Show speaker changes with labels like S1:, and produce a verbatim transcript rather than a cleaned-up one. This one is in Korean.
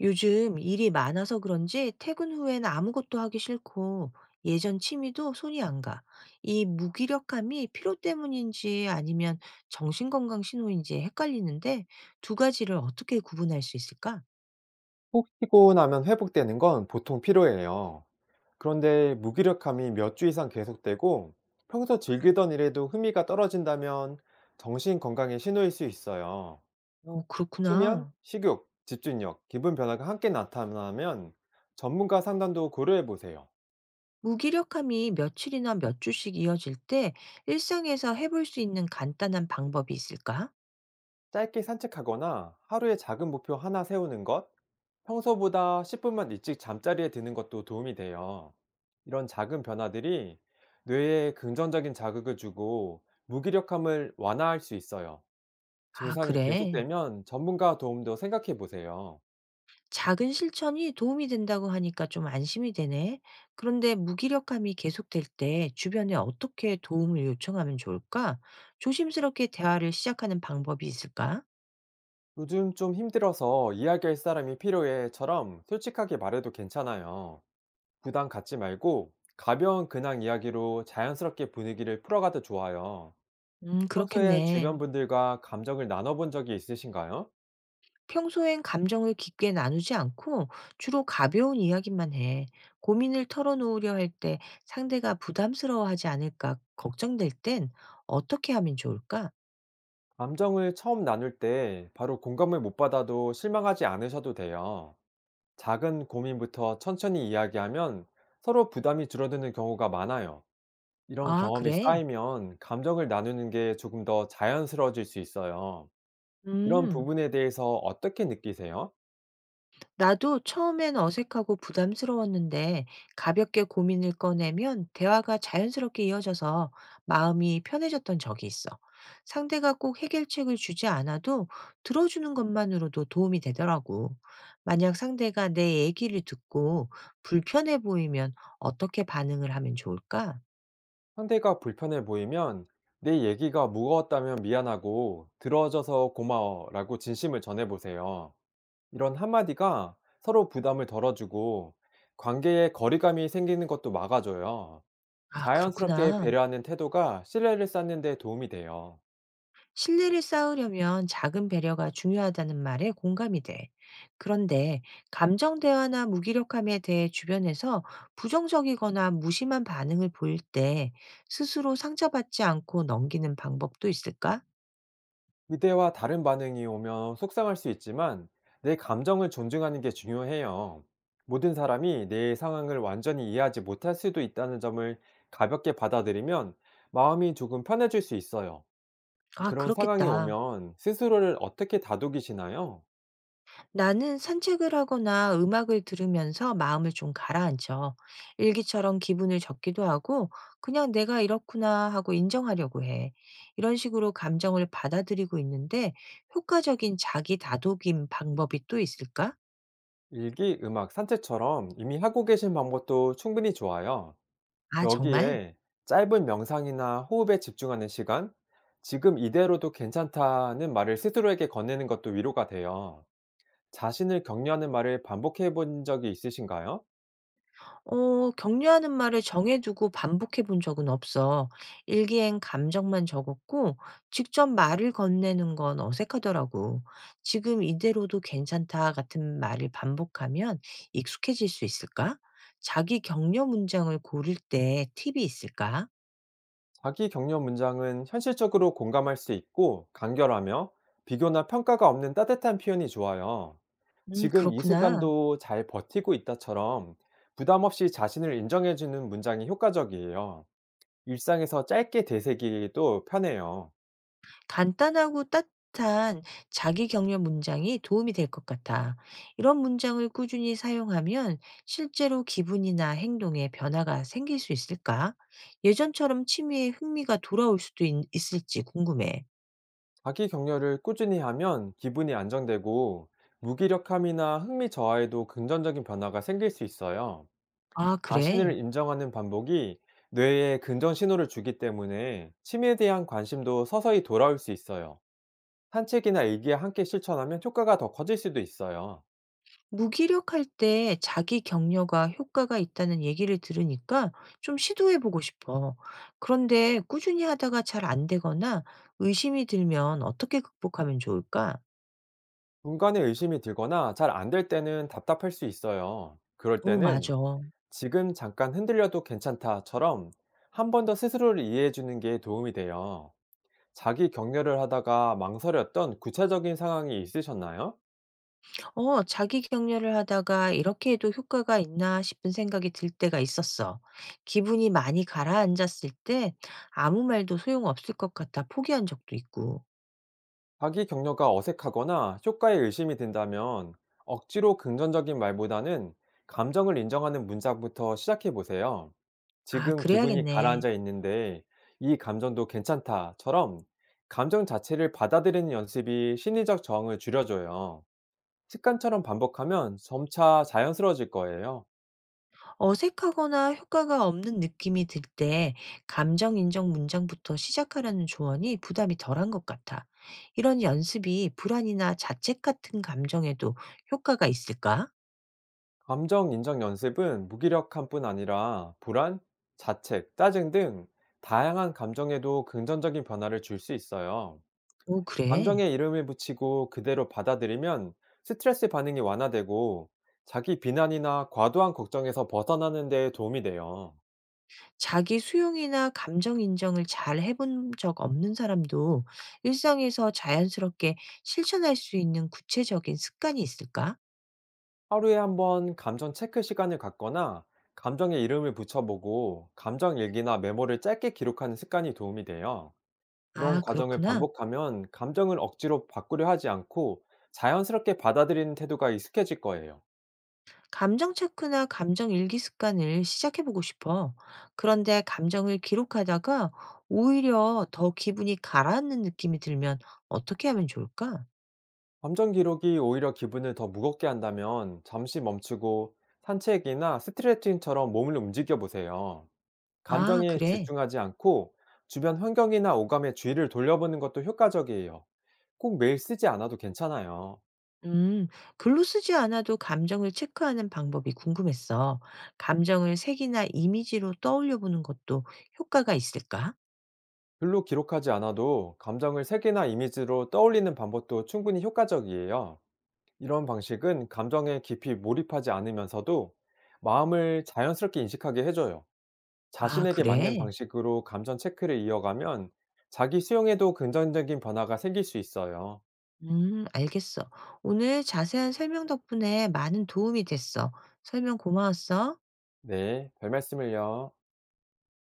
S1: 요즘 일이 많아서 그런지 퇴근 후엔 아무것도 하기 싫고 예전 취미도 손이 안 가. 이 무기력함이 피로 때문인지 아니면 정신건강 신호인지 헷갈리는데 두 가지를 어떻게 구분할 수 있을까?
S2: 푹 쉬고 나면 회복되는 건 보통 필요해요. 그런데 무기력함이 몇 주 이상 계속되고 평소 즐기던 일에도 흥미가 떨어진다면 정신 건강에 신호일 수 있어요.
S1: 어,
S2: 수면,
S1: 그렇구나.
S2: 식욕, 집중력, 기분 변화가 함께 나타나면 전문가 상담도 고려해 보세요.
S1: 무기력함이 며칠이나 몇 주씩 이어질 때 일상에서 해볼 수 있는 간단한 방법이 있을까?
S2: 짧게 산책하거나 하루에 작은 목표 하나 세우는 것, 평소보다 십 분만 일찍 잠자리에 드는 것도 도움이 돼요. 이런 작은 변화들이 뇌에 긍정적인 자극을 주고 무기력함을 완화할 수 있어요.
S1: 아,
S2: 증상이
S1: 그래.
S2: 계속되면 전문가 도움도 생각해 보세요.
S1: 작은 실천이 도움이 된다고 하니까 좀 안심이 되네. 그런데 무기력함이 계속될 때 주변에 어떻게 도움을 요청하면 좋을까? 조심스럽게 대화를 시작하는 방법이 있을까?
S2: 요즘 좀 힘들어서 이야기할 사람이 필요해처럼 솔직하게 말해도 괜찮아요. 부담 갖지 말고 가벼운 근황 이야기로 자연스럽게 분위기를 풀어가도 좋아요.
S1: 음,
S2: 평소에
S1: 그렇겠네.
S2: 주변 분들과 감정을 나눠본 적이 있으신가요?
S1: 평소엔 감정을 깊게 나누지 않고 주로 가벼운 이야기만 해. 고민을 털어놓으려 할 때 상대가 부담스러워하지 않을까 걱정될 땐 어떻게 하면 좋을까?
S2: 감정을 처음 나눌 때 바로 공감을 못 받아도 실망하지 않으셔도 돼요. 작은 고민부터 천천히 이야기하면 서로 부담이 줄어드는 경우가 많아요. 이런
S1: 아,
S2: 경험이
S1: 그래?
S2: 쌓이면 감정을 나누는 게 조금 더 자연스러워질 수 있어요. 이런
S1: 음.
S2: 부분에 대해서 어떻게 느끼세요?
S1: 나도 처음엔 어색하고 부담스러웠는데 가볍게 고민을 꺼내면 대화가 자연스럽게 이어져서 마음이 편해졌던 적이 있어. 상대가 꼭 해결책을 주지 않아도 들어주는 것만으로도 도움이 되더라고. 만약 상대가 내 얘기를 듣고 불편해 보이면 어떻게 반응을 하면 좋을까?
S2: 상대가 불편해 보이면 내 얘기가 무거웠다면 미안하고 들어줘서 고마워라고 진심을 전해보세요. 이런 한마디가 서로 부담을 덜어주고 관계에 거리감이 생기는 것도 막아줘요.
S1: 아,
S2: 자연스럽게
S1: 그렇구나.
S2: 배려하는 태도가 신뢰를 쌓는 데 도움이 돼요.
S1: 신뢰를 쌓으려면 작은 배려가 중요하다는 말에 공감이 돼. 그런데 감정 대화나 무기력함에 대해 주변에서 부정적이거나 무심한 반응을 보일 때 스스로 상처받지 않고 넘기는 방법도 있을까?
S2: 기대와 다른 반응이 오면 속상할 수 있지만 내 감정을 존중하는 게 중요해요. 모든 사람이 내 상황을 완전히 이해하지 못할 수도 있다는 점을 가볍게 받아들이면 마음이 조금 편해질 수 있어요.
S1: 아,
S2: 그런 상황이
S1: 그렇겠다.
S2: 오면 스스로를 어떻게 다독이시나요?
S1: 나는 산책을 하거나 음악을 들으면서 마음을 좀 가라앉혀. 일기처럼 기분을 적기도 하고, 그냥 내가 이렇구나 하고 인정하려고 해. 이런 식으로 감정을 받아들이고 있는데, 효과적인 자기 다독임 방법이 또 있을까?
S2: 일기, 음악, 산책처럼 이미 하고 계신 방법도 충분히 좋아요.
S1: 아, 정말?
S2: 여기에 짧은 명상이나 호흡에 집중하는 시간, 지금 이대로도 괜찮다는 말을 스스로에게 건네는 것도 위로가 돼요. 자신을 격려하는 말을 반복해 본 적이 있으신가요?
S1: 어 "격려하는 말을 정해 두고 반복해 본 적은 없어. 일기엔 감정만 적었고 직접 말을 건네는 건 어색하더라고. '지금 이대로도 괜찮다.' 같은 말을 반복하면 익숙해질 수 있을까? 자기 격려 문장을 고를 때 팁이 있을까?"
S2: 자기 격려 문장은 현실적으로 공감할 수 있고 간결하며 비교나 평가가 없는 따뜻한 표현이 좋아요.
S1: 음
S2: 지금 이
S1: 그렇구나.
S2: 순간도 잘 버티고 있다처럼 부담 없이 자신을 인정해주는 문장이 효과적이에요. 일상에서 짧게 되새기기도 편해요.
S1: 간단하고 따뜻한 자기 격려 문장이 도움이 될 것 같아. 이런 문장을 꾸준히 사용하면 실제로 기분이나 행동에 변화가 생길 수 있을까? 예전처럼 취미에 흥미가 돌아올 수도 있, 있을지 궁금해.
S2: 자기 격려를 꾸준히 하면 기분이 안정되고 무기력함이나 흥미 저하에도 긍정적인 변화가 생길 수 있어요.
S1: 아,
S2: 자신을
S1: 그래?
S2: 인정하는 반복이 뇌에 긍정 신호를 주기 때문에 취미에 대한 관심도 서서히 돌아올 수 있어요. 산책이나 일기에 함께 실천하면 효과가 더 커질 수도 있어요.
S1: 무기력할 때 자기 격려가 효과가 있다는 얘기를 들으니까 좀 시도해 보고 싶어. 그런데 꾸준히 하다가 잘 안 되거나 의심이 들면 어떻게 극복하면 좋을까?
S2: 중간에 의심이 들거나 잘 안 될 때는 답답할 수 있어요. 그럴
S1: 어,
S2: 때는
S1: 맞아.
S2: 지금 잠깐 흔들려도 괜찮다처럼 한 번 더 스스로를 이해해 주는 게 도움이 돼요. 자기 격려를 하다가 망설였던 구체적인 상황이 있으셨나요?
S1: 어, 자기 격려를 하다가 '이렇게 해도 효과가 있나?' 싶은 생각이 들 때가 있었어. 기분이 많이 가라앉았을 때 아무 말도 소용없을 것 같아 포기한 적도 있고.
S2: 자기 격려가 어색하거나 효과에 의심이 든다면 억지로 긍정적인 말보다는 감정을 인정하는 문장부터 시작해 보세요.
S1: 아,
S2: 지금 기분이
S1: 그래야겠네.
S2: 가라앉아 있는데 이 감정도 괜찮다처럼 감정 자체를 받아들이는 연습이 심리적 저항을 줄여줘요. 습관처럼 반복하면 점차 자연스러워질 거예요.
S1: 어색하거나 효과가 없는 느낌이 들 때 감정 인정 문장부터 시작하라는 조언이 부담이 덜한 것 같아. 이런 연습이 불안이나 자책 같은 감정에도 효과가 있을까?
S2: 감정 인정 연습은 무기력함뿐 아니라 불안, 자책, 짜증 등 다양한 감정에도 긍정적인 변화를 줄 수 있어요.
S1: 오, 그래?
S2: 감정에 이름을 붙이고 그대로 받아들이면 스트레스 반응이 완화되고 자기 비난이나 과도한 걱정에서 벗어나는 데 도움이 돼요.
S1: 자기 수용이나 감정 인정을 잘 해본 적 없는 사람도 일상에서 자연스럽게 실천할 수 있는 구체적인 습관이 있을까?
S2: 하루에 한번 감정 체크 시간을 갖거나 감정에 이름을 붙여보고 감정 일기나 메모를 짧게 기록하는 습관이 도움이 돼요. 이런
S1: 아,
S2: 과정을
S1: 그렇구나.
S2: 반복하면 감정을 억지로 바꾸려 하지 않고 자연스럽게 받아들이는 태도가 익숙해질 거예요.
S1: 감정 체크나 감정 일기 습관을 시작해보고 싶어. 그런데 감정을 기록하다가 오히려 더 기분이 가라앉는 느낌이 들면 어떻게 하면 좋을까?
S2: 감정 기록이 오히려 기분을 더 무겁게 한다면 잠시 멈추고 산책이나 스트레칭처럼 몸을 움직여 보세요.
S1: 아,
S2: 감정에
S1: 그래.
S2: 집중하지 않고 주변 환경이나 오감에 주의를 돌려보는 것도 효과적이에요. 꼭 매일 쓰지 않아도 괜찮아요.
S1: 음, 글로 쓰지 않아도 감정을 체크하는 방법이 궁금했어. 감정을 색이나 이미지로 떠올려 보는 것도 효과가 있을까?
S2: 글로 기록하지 않아도 감정을 색이나 이미지로 떠올리는 방법도 충분히 효과적이에요. 이런 방식은 감정에 깊이 몰입하지 않으면서도 마음을 자연스럽게 인식하게 해줘요.
S1: 아,
S2: 자신에게 맞는
S1: 그래?
S2: 방식으로 감정 체크를 이어가면 자기 수용에도 긍정적인 변화가 생길 수 있어요.
S1: 음, 알겠어. 오늘 자세한 설명 덕분에 많은 도움이 됐어. 설명 고마웠어.
S2: 네, 별 말씀을요.